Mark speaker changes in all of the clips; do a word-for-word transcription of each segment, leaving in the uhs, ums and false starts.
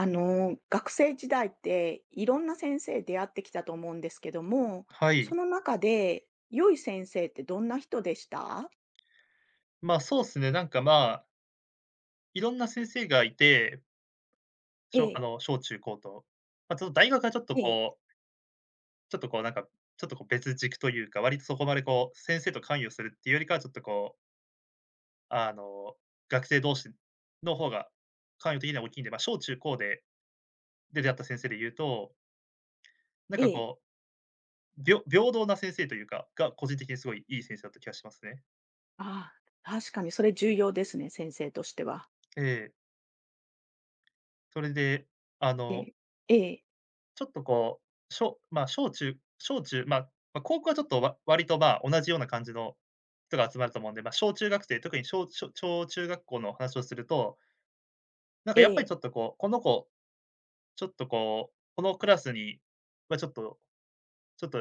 Speaker 1: あの、学生時代っていろんな先生出会ってきたと思うんですけども、
Speaker 2: は
Speaker 1: そ
Speaker 2: い。
Speaker 1: の中で良い先生ってどんな人でした？
Speaker 2: まあ、そうですね、なんか、まあ、いろんな先生がいて、
Speaker 1: え
Speaker 2: 小あ
Speaker 1: え、
Speaker 2: の、小中高と。まあ、ちょっと大学はちょっと
Speaker 1: ええ、
Speaker 2: こう、ちょっとこう、なんか、ちょっとこう、別軸というか、割とそこまでこう、先生と関与するっていうよりかは、ちょっとこう、あの、学生同士の方が関与的には大きいんで、ま、小中高でで出会った先生で言うと、なん
Speaker 1: え
Speaker 2: か
Speaker 1: え。
Speaker 2: こう、平平等な先生というか、が個人的にすごいいい先生だった気がしますね。
Speaker 1: ああ、確かにそれ重要ですね、先生としては。
Speaker 2: ええ。それで、あ
Speaker 1: え
Speaker 2: の
Speaker 1: え、ええ、
Speaker 2: ちょっとこう、小まあ、小中小中、まあ、まあ、高校はちょっとわ割と、まあ、同じような感じの人が集まると思うんで、まあ、小中学生、特に小小小中学校の話をすると、なんか
Speaker 1: え
Speaker 2: やっぱり
Speaker 1: え、
Speaker 2: ちょっとこう、この子、ちょっとこう、このクラスにはちょっとちょっと、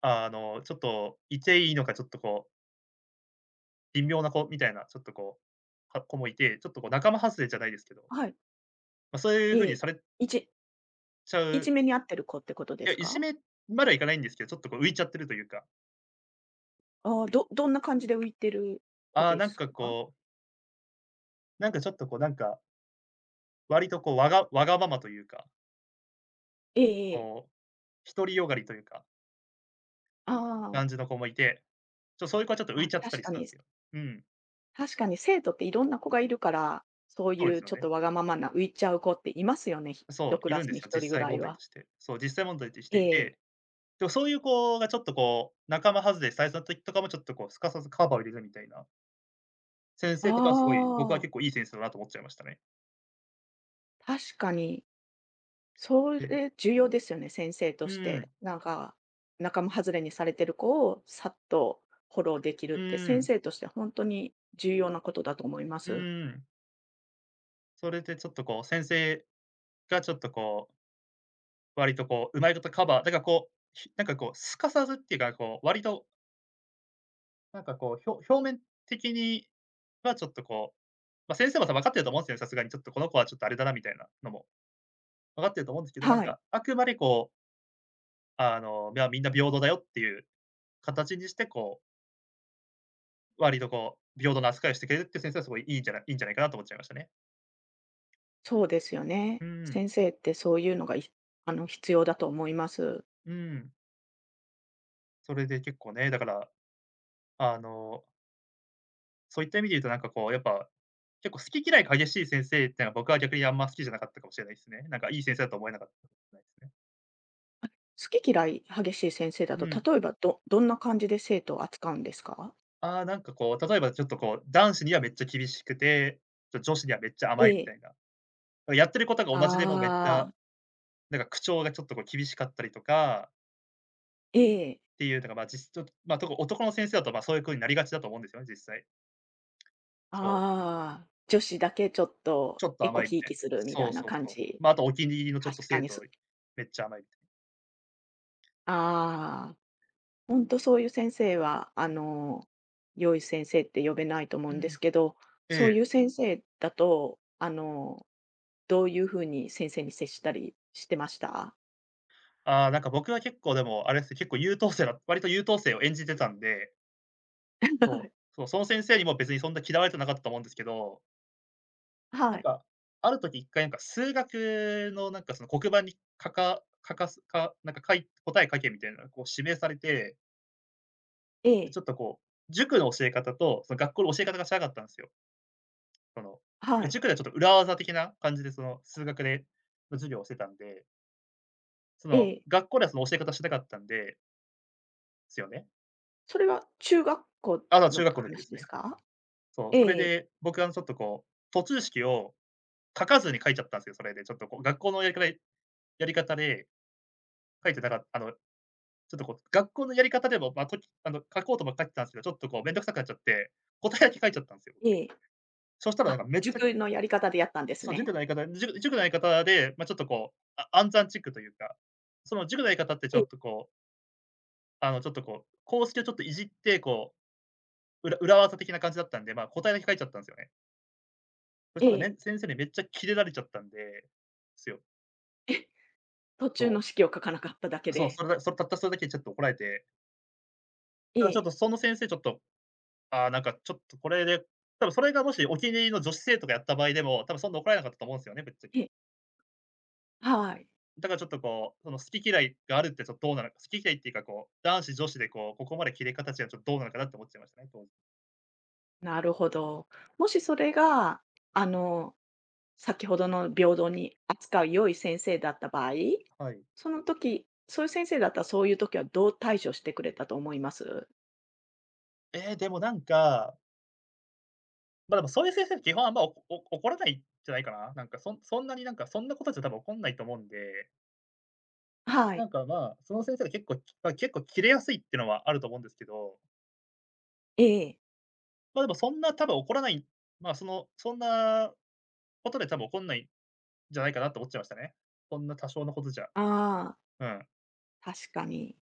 Speaker 2: あの、ちょっといていいのか、ちょっとこう、微妙な子みたいな、ちょっとこう、は子もいて、ちょっとこう仲間外れじゃないですけど、
Speaker 1: はい、
Speaker 2: まあ、そういう風
Speaker 1: え
Speaker 2: に
Speaker 1: え。
Speaker 2: され
Speaker 1: いじ
Speaker 2: ちゃ
Speaker 1: い
Speaker 2: う、
Speaker 1: じめにあってる子ってこと
Speaker 2: い
Speaker 1: で
Speaker 2: や、
Speaker 1: す
Speaker 2: い
Speaker 1: か？
Speaker 2: じめまではいかないんですけど、ちょっとこう浮いちゃってるというか、
Speaker 1: ああ、どどんな感じで浮いてる子
Speaker 2: ああ、
Speaker 1: で
Speaker 2: なん
Speaker 1: す
Speaker 2: か
Speaker 1: か？
Speaker 2: こうなんかちょっとこうなんか、割とこうわがわがままというか、
Speaker 1: ええ、ええ。
Speaker 2: こう、独りよがりというか、
Speaker 1: ああ、
Speaker 2: 感じの子もいて、ちょそういう子はちょっと浮い
Speaker 1: あ、
Speaker 2: ちゃってた
Speaker 1: 確
Speaker 2: りし
Speaker 1: か
Speaker 2: たん
Speaker 1: に
Speaker 2: すよ。うん、
Speaker 1: 確かに生徒っていろんな子がいるから、そう
Speaker 2: そう
Speaker 1: い
Speaker 2: で
Speaker 1: う
Speaker 2: すよ
Speaker 1: ちょっ
Speaker 2: ね。
Speaker 1: とわがままな浮いちゃう子っていますよね、ひ
Speaker 2: そ
Speaker 1: 一
Speaker 2: う、
Speaker 1: ク
Speaker 2: い
Speaker 1: ラ
Speaker 2: るん
Speaker 1: ス
Speaker 2: です
Speaker 1: に
Speaker 2: よ、
Speaker 1: 一
Speaker 2: 実
Speaker 1: 人ぐ
Speaker 2: 際
Speaker 1: ら
Speaker 2: 問
Speaker 1: い
Speaker 2: 題と
Speaker 1: は。
Speaker 2: して。そう、実際問題として
Speaker 1: え
Speaker 2: いて、
Speaker 1: え。
Speaker 2: でもそういう子がちょっとこう、仲間外れされた時とかもちょっとこう、すかさずカバーを入れるみたいな、先
Speaker 1: あ
Speaker 2: 生とかはすごい、僕は
Speaker 1: あ、
Speaker 2: 結構いい先生だなと思っちゃいましたね。
Speaker 1: 確かに。そ
Speaker 2: で、
Speaker 1: れ重要ですよね、先生と
Speaker 2: う
Speaker 1: して。
Speaker 2: ん、
Speaker 1: なんか、仲間外れにされてる子をさっとフォローできるっ
Speaker 2: う
Speaker 1: て、先
Speaker 2: ん、
Speaker 1: 生として本当に重要なことだと思いま
Speaker 2: う
Speaker 1: す。
Speaker 2: ん。それでちょっとこう先生がちょっとこう割とこう、うまいことカバーだからこう、ひなんかこう、すかさずっていうか、こう、割となんかこう、ひょ表面的にはちょっとこう、ま、先生もさ分分かってると思うんすよね、さすがにちょっとこの子はちょっとあれだなみたいなのも分かってると思うんですけど、なん
Speaker 1: はい、
Speaker 2: か、あくまでこう、あの、まあ、みんな平等だよっていう形にして、こう、割とこう、平等な扱いをしてくれるっていう先生はすごいいいんじゃないいいんじゃないかなと思っちゃいましたね。
Speaker 1: そうですよ
Speaker 2: う
Speaker 1: ね。
Speaker 2: ん。
Speaker 1: 先生ってそういうのがいあの、必要だと思います。
Speaker 2: うん。それで結構ね、だから、あの、そういった意味で言うとなんかこう、やっぱ結構好き嫌いが激しい先生ってのは、僕は逆にあんま好きじゃなかったかもしれないですね。なんかいい先生だと思えなかったかもしれないですね。
Speaker 1: 好き嫌い激しい先生だ
Speaker 2: う
Speaker 1: と、
Speaker 2: ん。
Speaker 1: 例えばどどんな感じで生徒を扱うんですか？
Speaker 2: ああ、なんかこう、例えばちょっとこう、男子にはめっちゃ厳しくて、ちょ女子にはめっちゃ
Speaker 1: え
Speaker 2: 甘いみたい
Speaker 1: え。
Speaker 2: な。やってることが同じでもめっち
Speaker 1: あ
Speaker 2: ゃ、
Speaker 1: あ、
Speaker 2: なんか口調がちょっとこう厳しかったりとかっ
Speaker 1: ええ。
Speaker 2: ていうのが、ま、じすとま、特に男の先生だと、ま、そういう風になりがちだと思うんですよね、実際。そう、
Speaker 1: ああ、女子だけちょっ
Speaker 2: ち
Speaker 1: と
Speaker 2: ょっと
Speaker 1: エコ
Speaker 2: 甘いみ
Speaker 1: ひい
Speaker 2: たい
Speaker 1: き
Speaker 2: な。
Speaker 1: するみ
Speaker 2: そ
Speaker 1: た
Speaker 2: う
Speaker 1: いな
Speaker 2: そう
Speaker 1: 感
Speaker 2: そう。
Speaker 1: じ。
Speaker 2: ま、ああとお気に入りのちょっと
Speaker 1: 確か
Speaker 2: 生
Speaker 1: に。
Speaker 2: 徒
Speaker 1: そ
Speaker 2: めっちゃ甘いみたい
Speaker 1: ああ、ほんとそういう先生は、あの、良い先生って呼べないと思う
Speaker 2: な。う
Speaker 1: んです
Speaker 2: ん。
Speaker 1: けど、そう
Speaker 2: ええ、
Speaker 1: いう先生だと、あの、どういう風に先生に接したりしてました？
Speaker 2: ああ、なんか僕は結構でも、あれですね、結構優等生だ割と優等生を演じてたんで、
Speaker 1: は
Speaker 2: そ
Speaker 1: い。
Speaker 2: う、そう、その先生にも別にそんな嫌われてなかったと思うんですけど、な
Speaker 1: は
Speaker 2: ん
Speaker 1: い。
Speaker 2: か、ある時一回なんか数学のなんかその黒板にかか書かすか、なんか、かい答え書けみたいなこう指名されて、
Speaker 1: え
Speaker 2: ち
Speaker 1: え。
Speaker 2: ょっとこう、塾の教え方とその学校の教え方が違かったんですよ。その、
Speaker 1: はい。
Speaker 2: 塾ではちょっと裏技的な感じでその数学での授業をしてたんで、そ
Speaker 1: え
Speaker 2: の、
Speaker 1: え。
Speaker 2: 学校ではその教え方してなかったんで、すよね。
Speaker 1: それは中学校
Speaker 2: あ、だ、中
Speaker 1: の
Speaker 2: 学校の時で
Speaker 1: 話
Speaker 2: す
Speaker 1: で
Speaker 2: ね。
Speaker 1: すか？
Speaker 2: そう、それ
Speaker 1: ええ
Speaker 2: で、僕はちょっとこう、途中式を書かずに書いちゃったんですよ、それで。ちょっとこう、学校のやりかやり方で書いてなかあの、ちょっとこう、学校のやり方でも、ま、ときあの、書こうとも書いてたんですけど、ちょっとこうめんどくさくなっちゃって、答えだけ書いちゃったんですよ。
Speaker 1: ええ。
Speaker 2: そしたらなん
Speaker 1: あ、
Speaker 2: かめっちゃ
Speaker 1: 塾のやり方でやったんです
Speaker 2: そう、塾
Speaker 1: ね。
Speaker 2: のやり方じゅ塾のやり方で、ま、ちょっとこう、あ暗算チックというか、その塾のやり方ってちょ
Speaker 1: ええ
Speaker 2: っとこう、あの、ちょっとこう、公式をちょっといじって、こう、うら裏技的な感じだったんで、ま、答えだけ書いちゃったんすよね。そし
Speaker 1: え
Speaker 2: たらめ
Speaker 1: え。
Speaker 2: ん先生にめっちゃキレられちゃったんで、すよ。
Speaker 1: え、途中の
Speaker 2: そ
Speaker 1: 式を書かなかっただけ
Speaker 2: う、そう、
Speaker 1: で。
Speaker 2: それだそれたったそれだけちょっと怒られて、
Speaker 1: え
Speaker 2: だからちょっ
Speaker 1: え、
Speaker 2: とその先生ちょっと、ああ、なんかちょっとこれで、多分それがもしお気に入りの女子生徒がやった場合でも、多分そんな怒られなかったと思うんですよね、ぶっちゃ
Speaker 1: え
Speaker 2: け。
Speaker 1: え、はい。
Speaker 2: だからちょっとこう、その好き嫌いがあるってちょっとどうなのか、好き嫌いっていうかこう、男子女子でこう、ここまで切れ方違う、ちょっとどうなのかなって思っちゃいましたね、当時。
Speaker 1: なるほど。もしそれが、あの、先ほどの平等に扱う良い先生だった場合、
Speaker 2: はい。
Speaker 1: その時、そういう先生だったら、そういう時はどう対処してくれたと思います？
Speaker 2: ええ、でもなんか、ま、でもそういう先生って基本あんまおこお怒らないんじゃないかな。なんかそんそんなになんかそんなことじゃ多分怒んないと思うんで、
Speaker 1: は
Speaker 2: な
Speaker 1: い。
Speaker 2: んかまあ、その先生が結構、まあ結構切れやすいっていうのはあると思うんですけど
Speaker 1: ええ。
Speaker 2: ま、でもそんな多分起こらない、まあ、その、そんなことで多分起こんないんじゃないかなと思っちゃいましたね。こんな多少のことじゃ。
Speaker 1: ああ、
Speaker 2: うん、
Speaker 1: 確かに。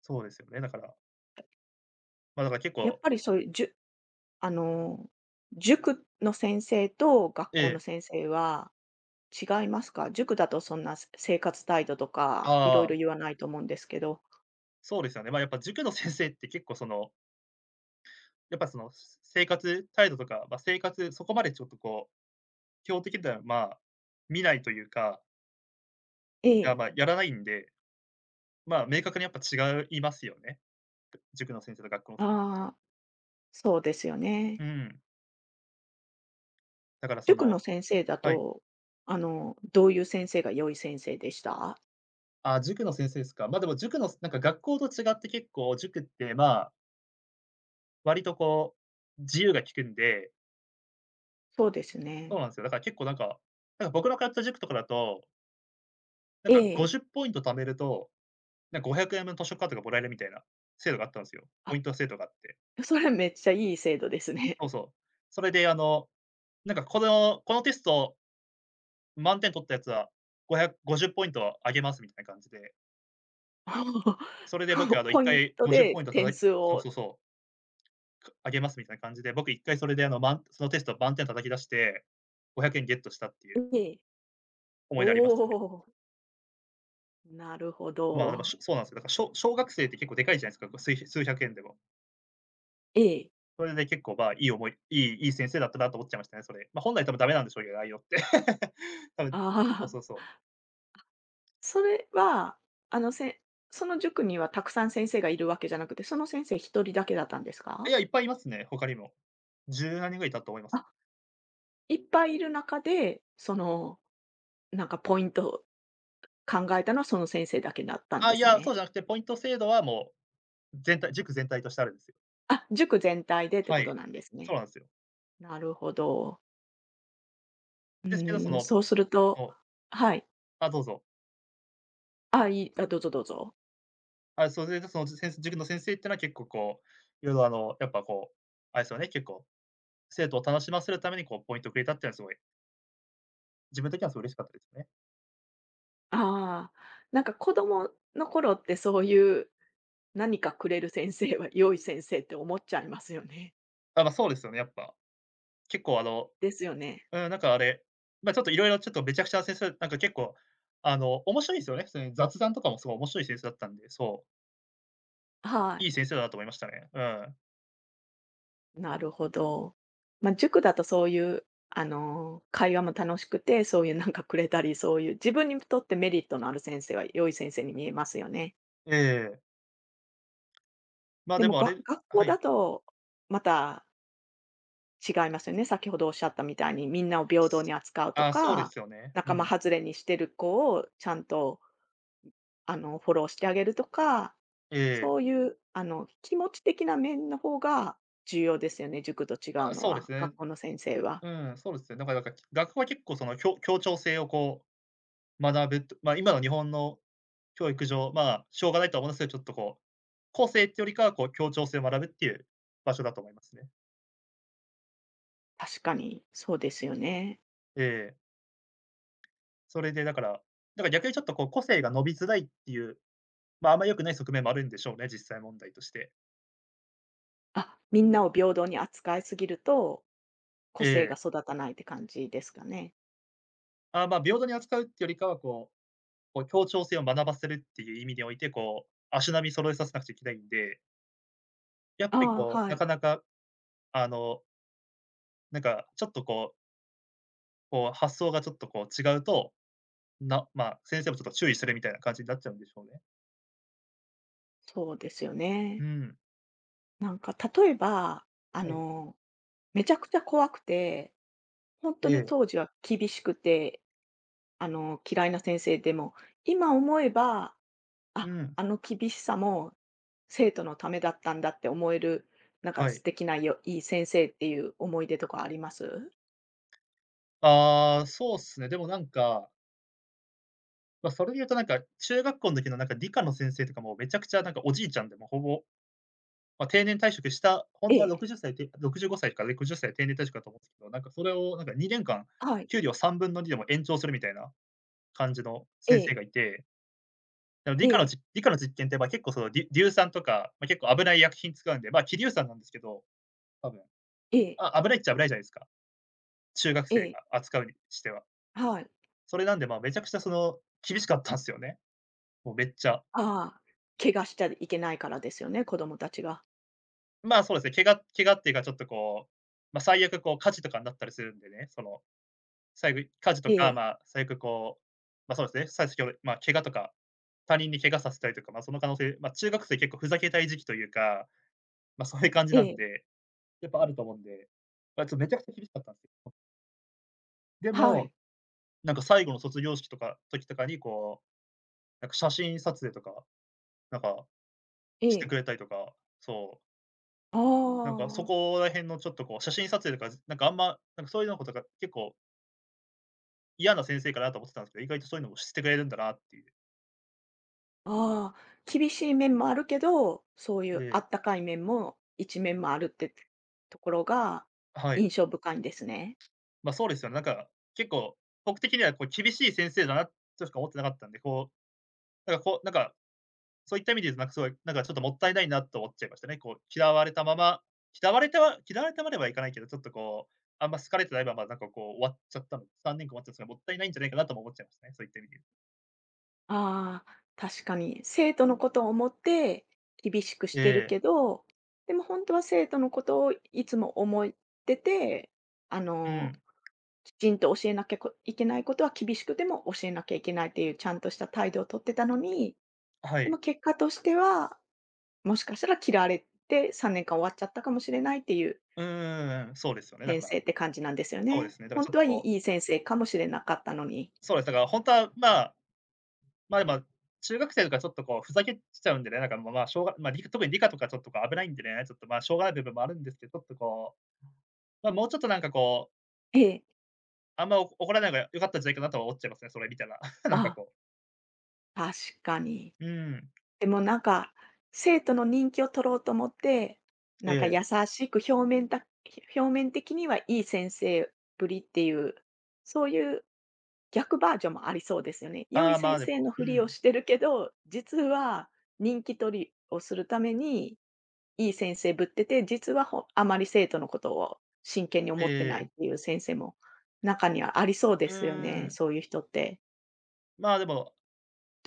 Speaker 2: そうですよね、だから。ま、だから結
Speaker 1: やっ
Speaker 2: 構
Speaker 1: ぱりそういうじゅあの、塾の先生と学
Speaker 2: え
Speaker 1: 校の
Speaker 2: え、
Speaker 1: 先生は違いますか？塾だとそんな、せ生活態度と
Speaker 2: あ
Speaker 1: か、いろいろ
Speaker 2: あ、
Speaker 1: 言わないと思うんですけど。
Speaker 2: そうですよね。ま、やっぱ塾の先生って結構その、やっぱその、生活態度とか、ま、生活、そこまでちょっとこう、基本的には、まあ、見ないというか、
Speaker 1: え
Speaker 2: いや、
Speaker 1: え。
Speaker 2: ま、やらないんで、まあ、明確にやっぱ違いますよね。塾の先生と学校の先生じゃ。
Speaker 1: ああ、そうですよ
Speaker 2: う
Speaker 1: ね。
Speaker 2: ん。だからそ
Speaker 1: 塾の
Speaker 2: の
Speaker 1: 先生だ
Speaker 2: はい。
Speaker 1: と、あの、どういう先生が良い先生でした？
Speaker 2: あ、塾の先生ですか。ま、でも塾のなんか学校と違って結構塾って、まあ、割とこう、自由が利くんで、
Speaker 1: そうです
Speaker 2: そう
Speaker 1: ね。
Speaker 2: なんですよ。だから結構なんか、なんか僕の通った塾とかだと、なん
Speaker 1: え
Speaker 2: か
Speaker 1: え。
Speaker 2: ごじゅうポイント貯めると、なんごひゃくえんぶん図書カードがもらえるみたいな制度があったんですよ。ポイ
Speaker 1: あ、
Speaker 2: ント制度があって。
Speaker 1: それめっちゃいい制度ですね。
Speaker 2: そうそう。それであの、なんかこのこのテスト満点取ったやつは、ご ぜろ ぜろ ごポイントあげますみたいな感じで、それ
Speaker 1: こ
Speaker 2: で僕あ
Speaker 1: う、
Speaker 2: の1
Speaker 1: ポイン
Speaker 2: 回
Speaker 1: ト
Speaker 2: ごじゅう
Speaker 1: で
Speaker 2: ポイント
Speaker 1: 点
Speaker 2: 叩い
Speaker 1: 数
Speaker 2: そう
Speaker 1: を。
Speaker 2: そうそう。かあげますみたいな感じで、僕一回それであの、まんそのテスト満点叩き出して、ごひゃくえんゲットしたっていう
Speaker 1: ええ。
Speaker 2: 思い出ありますね。
Speaker 1: おお、なるほ
Speaker 2: まあ、でも、し
Speaker 1: ど。
Speaker 2: ょそうなんすよ。だからしょ小学生って結構でかいじゃないですか、こう、すい数百円でも。
Speaker 1: ええ。
Speaker 2: それで結構、まあ、いい思いいいいい先生だったなと思っちゃいましたね、それ。ま、本来多分ダメなんでしょうけど、ああいうのって。多分、そう
Speaker 1: あ
Speaker 2: そう
Speaker 1: あ。
Speaker 2: そ
Speaker 1: それは、あの、せんその塾にはたくさん先生がいるわけじゃなくて、その先生一人だけだったんです
Speaker 2: う。い
Speaker 1: か？
Speaker 2: や、いっぱいいますね、他にも。じゅう何人ぐらいいたと思います。
Speaker 1: あ、いっぱいいる中で、その、なんかポイント考えたのはその先生だけだったん
Speaker 2: あ、
Speaker 1: で
Speaker 2: い
Speaker 1: す
Speaker 2: や、そう
Speaker 1: ね。
Speaker 2: じゃなくて、ポイント制度はもう、全体塾全体としてあるんですよ。
Speaker 1: あ、塾全体でって
Speaker 2: は
Speaker 1: こと
Speaker 2: い。
Speaker 1: なんです
Speaker 2: そう
Speaker 1: ね。
Speaker 2: なんすよ。
Speaker 1: なるほど。う
Speaker 2: ですけど、そ
Speaker 1: ーん、
Speaker 2: の、
Speaker 1: そうすると、
Speaker 2: もう
Speaker 1: はい。
Speaker 2: あ、どうぞ。
Speaker 1: あ、いいあ、どうぞどうぞ。
Speaker 2: あ、それでそのせん塾の先生っていうのは結構こう、いろいろあの、やっぱこう、あれですよね、結構、生徒を楽しませるためにこうポイントくれたっていうのはすごい、自分的にはすごい嬉しかったですね。
Speaker 1: ああ、なんか子供の頃ってそういう何かくれる先生は良い先生って思っちゃいますよね。
Speaker 2: あ、ま、そうですよね、やっぱ。結構あの、
Speaker 1: ですよね。
Speaker 2: うん、なんかあれ、ま、ちょっといろいろちょっとめちゃくちゃな先生なんか結構、あの、面白いんすよね、普通に雑談とかもすごい面白い先生だったんで、そう、
Speaker 1: はい。
Speaker 2: いい先生だなと思いましたね。うん。
Speaker 1: なるほど。まあ、塾だとそういう、あの、会話も楽しくて、そういう なんかくれたり、そういう自分にとってメリットのある先生は良い先生に見えますよね。
Speaker 2: ええ。ま、
Speaker 1: で
Speaker 2: で
Speaker 1: も、
Speaker 2: もあ
Speaker 1: が
Speaker 2: れ
Speaker 1: 学
Speaker 2: は
Speaker 1: 校
Speaker 2: い。
Speaker 1: だとまた違いますよね。先ほどおっしゃったみたいに、みんなを平等に扱うと
Speaker 2: あ、そうで
Speaker 1: か、
Speaker 2: すよね。う
Speaker 1: 仲間
Speaker 2: ん。
Speaker 1: 外れにしてる子をちゃんと、あの、フォローしてあげるとか、
Speaker 2: ええ、
Speaker 1: そういう、あの、気持ち的な面の方が重要ですよね、塾と違う
Speaker 2: あ、
Speaker 1: の
Speaker 2: そうです
Speaker 1: は、
Speaker 2: ね。
Speaker 1: 学校の先生は。
Speaker 2: うん、そうですね。だからなんか、学校は結構その協協調性をこう学ぶと、まあ、今の日本の教育上、まあ、しょうがないとは思いますけど、ちょっとこう、個性っていうよりかはこう協調性を学ぶっていう場所だと思いますね。
Speaker 1: 確かに、そうですよね。
Speaker 2: ええ。それでだから、だから逆にちょっとこう個性が伸びづらいっていう、まあ、あんま良くない側面もあるんでしょうね、実際問題として。
Speaker 1: あ、みんなを平等に扱いすぎると、個
Speaker 2: え
Speaker 1: 性が
Speaker 2: え。
Speaker 1: 育たないって感じですかね。
Speaker 2: あ、まあ、平等に扱うってよりかはこう、こう協調性を学ばせるっていう意味において、こう、足並み揃えさせなくちゃいけないんで、やっぱり
Speaker 1: ああ、
Speaker 2: こう、
Speaker 1: は
Speaker 2: な
Speaker 1: い。
Speaker 2: かなかあの、なんかちょっとこうこう、発想がちょっとこう違うと、なまあ、先生もちょっと注意するみたいな感じになっちゃうんでしょうね。
Speaker 1: そうですよ
Speaker 2: う
Speaker 1: ね。
Speaker 2: ん。
Speaker 1: なんか例えば、あ
Speaker 2: はい。
Speaker 1: の、めちゃくちゃ怖くて、本当
Speaker 2: え
Speaker 1: に
Speaker 2: え。
Speaker 1: 当時は厳しくて、あの、嫌いな先生でも、今思えば、
Speaker 2: う
Speaker 1: あ、
Speaker 2: ん、
Speaker 1: あの厳しさも生徒のためだったんだって思える、なんか
Speaker 2: は
Speaker 1: 素
Speaker 2: い。
Speaker 1: 敵なよいい先生っていう思い出とかあります？
Speaker 2: ああ、そうっすね。でもなんか、ま、それで言うとなんか、中学校の時のなんか理科の先生とかもめちゃくちゃなんかおじいちゃんで、もうほぼ、ま、定年退職した、ほん
Speaker 1: え
Speaker 2: とは
Speaker 1: え、
Speaker 2: ろくじゅっさいてろくじゅうごさいかろくじゅっさい定年退職だと思うんすけど、なんかそれをなんかにねんかん、
Speaker 1: はい。
Speaker 2: 給料さんぶんのにでも延長するみたいな感じの
Speaker 1: え
Speaker 2: 先生
Speaker 1: え、
Speaker 2: がいて、でも理
Speaker 1: え
Speaker 2: 科の
Speaker 1: え。
Speaker 2: じ理科の実験って、まあ、結構その、りゅ硫酸とか、まあ、結構危ない医薬品使うんで、ま、あ希硫酸なんですけど、多分。
Speaker 1: ええ、
Speaker 2: あ、危ないっちゃ危ないじゃないですか。中学
Speaker 1: え
Speaker 2: 生が
Speaker 1: え、
Speaker 2: 扱うにしては。
Speaker 1: はい。
Speaker 2: それなんで、まあ、めちゃくちゃその、厳しかったんすよね。もうめっちゃ。
Speaker 1: ああ、怪我しちゃいけないからですよね、子供たちが。
Speaker 2: まあ、そうですね、怪我怪我っていうかちょっとこう、ま、最悪こう火事とかになったりするんでね、その、最後火事
Speaker 1: え
Speaker 2: とか、
Speaker 1: え、
Speaker 2: まあ、最悪こう、まあ、そうですね、さ先ほど、まあ、怪我とか、他人に怪我させたりとか、まあ、その可能性、まあ、中学生結構ふざけたい時期というか、ま、そういう感じ
Speaker 1: え
Speaker 2: なん
Speaker 1: え、
Speaker 2: でやっぱあると思うんで、まあ、ちょ、めちゃくちゃ厳しかったんですよ。で
Speaker 1: は
Speaker 2: も、
Speaker 1: い、
Speaker 2: なんか最後の卒業式とか時とかにこう、なんか写真撮影とか、なんか
Speaker 1: え
Speaker 2: して
Speaker 1: え。
Speaker 2: くれたりとか、そう、
Speaker 1: あ
Speaker 2: なんかそ
Speaker 1: あ、
Speaker 2: こら辺のちょっとこう、写真撮影とか、なんかあんま、なんかそういうのことが結構嫌な先生かなと思ってたんですけど、意外とそういうのもしてくれるんだなっていう。
Speaker 1: ああ、厳しい面もあるけど、そういう
Speaker 2: で
Speaker 1: あったかい面も一面もあるってところが
Speaker 2: はい。
Speaker 1: 印象深いんですね。
Speaker 2: ま、そうですよね。なんか結構、僕的にはこう厳しい先生だなとしか思ってなかったんで、こう、なんかこう、なんかそういった意味で言うと、なんかすごい、なんかちょっともったいないなと思っちゃいましたね。こう、嫌われたまま、嫌われたは嫌われたまではいかないけど、ちょっとこう、あんま好かれてないまま、なんかこう、終わっちゃったの、さんねんかん終わっちゃったのがもったいないんじゃないかなとも思っちゃいましたね、そういった意味で言うと。
Speaker 1: ああ、確かに生徒のことを思って厳しくし
Speaker 2: え
Speaker 1: てる
Speaker 2: え、
Speaker 1: けど、でも本当は生徒のことをいつも思ってて、あ
Speaker 2: う
Speaker 1: の
Speaker 2: ん、
Speaker 1: きちんと教えなきゃこいけないことは厳しくでも教えなきゃいけないっていうちゃんとした態度をとってたのに、
Speaker 2: は
Speaker 1: で
Speaker 2: い。
Speaker 1: も結果としては、もしかしたら嫌われてさんねんかん終わっちゃったかもしれないっていう
Speaker 2: うんんそうですよね、だ
Speaker 1: 先
Speaker 2: から、
Speaker 1: 生って感じなんですよ
Speaker 2: そうで
Speaker 1: ね。
Speaker 2: すね、だから
Speaker 1: 本
Speaker 2: ちょっ
Speaker 1: 当
Speaker 2: と
Speaker 1: はい
Speaker 2: こ
Speaker 1: いいい
Speaker 2: う、
Speaker 1: 先生かもしれなかったのに。
Speaker 2: そうです、だから本当は、まあ、まあ、でも、中学生とかちょっとこうふざけちゃうんでね、なんかまあ、まあしょうがまあ、りか特に理科とかちょっとこう危ないんでね、ちょっとまあ、しょうがない部分もあるんですけど、ちょっとこう、まあ、もうちょっとなんかこう
Speaker 1: ええ。
Speaker 2: あんまおこ怒らないのが良かったんじゃないかなとは思っちゃいますね、それ見たら。なんかこ
Speaker 1: あ、確かに。
Speaker 2: う、うん、
Speaker 1: でもなんか、生徒の人気を取ろうと思って、
Speaker 2: え
Speaker 1: なんか
Speaker 2: え。
Speaker 1: 優しく表面だ表面的にはいい先生ぶりっていう、そういう逆バージョンもありそうですよね。良
Speaker 2: あ
Speaker 1: い
Speaker 2: あ、まあ、
Speaker 1: 先
Speaker 2: で
Speaker 1: 生
Speaker 2: も、
Speaker 1: の
Speaker 2: う
Speaker 1: ふりを
Speaker 2: ん、
Speaker 1: してるけど、実は人気取りをするために、いい先生ぶってて、実はほあまり生徒のことを真剣に思ってな
Speaker 2: え
Speaker 1: いっ
Speaker 2: え
Speaker 1: ていう先生も、中にはありそうで
Speaker 2: うー
Speaker 1: すよね、
Speaker 2: ん、
Speaker 1: そういう人って。
Speaker 2: まあ、でも、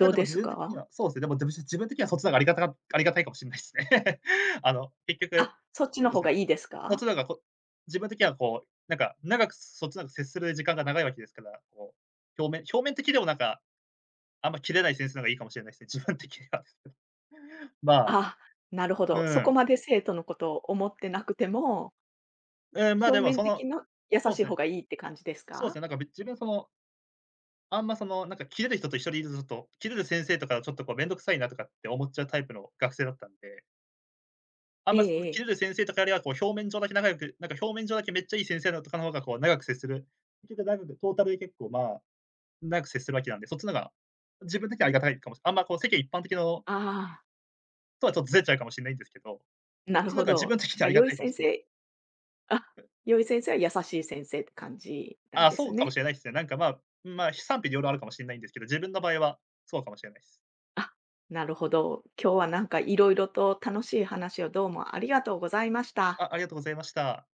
Speaker 2: ま、
Speaker 1: う
Speaker 2: でも
Speaker 1: で
Speaker 2: 自
Speaker 1: す
Speaker 2: 分的に
Speaker 1: か？
Speaker 2: は、そうですね、でも、でも自分的にはそっちの方がありがたかありがたいかもしれないですね。あの、結局、
Speaker 1: あ、そっちの
Speaker 2: そうで
Speaker 1: 方
Speaker 2: すね、
Speaker 1: がいいです
Speaker 2: そっち
Speaker 1: か？
Speaker 2: の方がこ自分的にはこう、なんか、長くそっちの方が接する時間が長いわけですから、こう、表面表面的でもなんか、あんま切れないセンスの方がいいかもしれないですね、自分的には。まあ、
Speaker 1: あ、なるほ
Speaker 2: う
Speaker 1: ど。そこ
Speaker 2: ん、
Speaker 1: まで生徒のことを思ってなくても、
Speaker 2: うん、ま、
Speaker 1: 表
Speaker 2: でも
Speaker 1: 面
Speaker 2: そ
Speaker 1: 的
Speaker 2: の
Speaker 1: な優
Speaker 2: そうで
Speaker 1: しい
Speaker 2: す
Speaker 1: 方
Speaker 2: ね
Speaker 1: がいいって感じです
Speaker 2: そうです
Speaker 1: か？
Speaker 2: ね、なんか、自分そのあんまその、なんかキレる人と一緒にいると、ちょっと、キレる先生とかはちょっとこうめんどくさいなとかって思っちゃうタイプの学生だったんで、あん
Speaker 1: え
Speaker 2: まその
Speaker 1: ええ
Speaker 2: キレ
Speaker 1: え。
Speaker 2: る先生とかよりは、こう表面上だけ仲良く、なんか表面上だけめっちゃいい先生だとかの方がこう長く接する、結局長くトータルで結構、まあ、長く接するわけなんで、そっちの方が自分的にはありがたいかもしれない。あんまこう世間一般的の
Speaker 1: ああ、
Speaker 2: とはちょっとずれちゃうかもしれないんですけど、
Speaker 1: な
Speaker 2: そっ
Speaker 1: る
Speaker 2: ちの
Speaker 1: ほ
Speaker 2: 方が自
Speaker 1: ど。
Speaker 2: 分的に
Speaker 1: じ
Speaker 2: はあ
Speaker 1: ゃあ、
Speaker 2: りが
Speaker 1: 良い
Speaker 2: たいかも
Speaker 1: 先
Speaker 2: しれ
Speaker 1: 生あ、
Speaker 2: ない。
Speaker 1: 良い先生は優しい先生って感じな
Speaker 2: あ
Speaker 1: ん
Speaker 2: あ、
Speaker 1: で
Speaker 2: そ
Speaker 1: す
Speaker 2: うかもし
Speaker 1: ね。
Speaker 2: れないですね。なんか、まあ、まあ、賛否両論あるかもしれないんですけど、自分の場合はそうかもしれないです。
Speaker 1: あ、なるほど。今日はなんかいろいろと楽しい話をどうもありがとうございました。
Speaker 2: あ、ありがとうございました。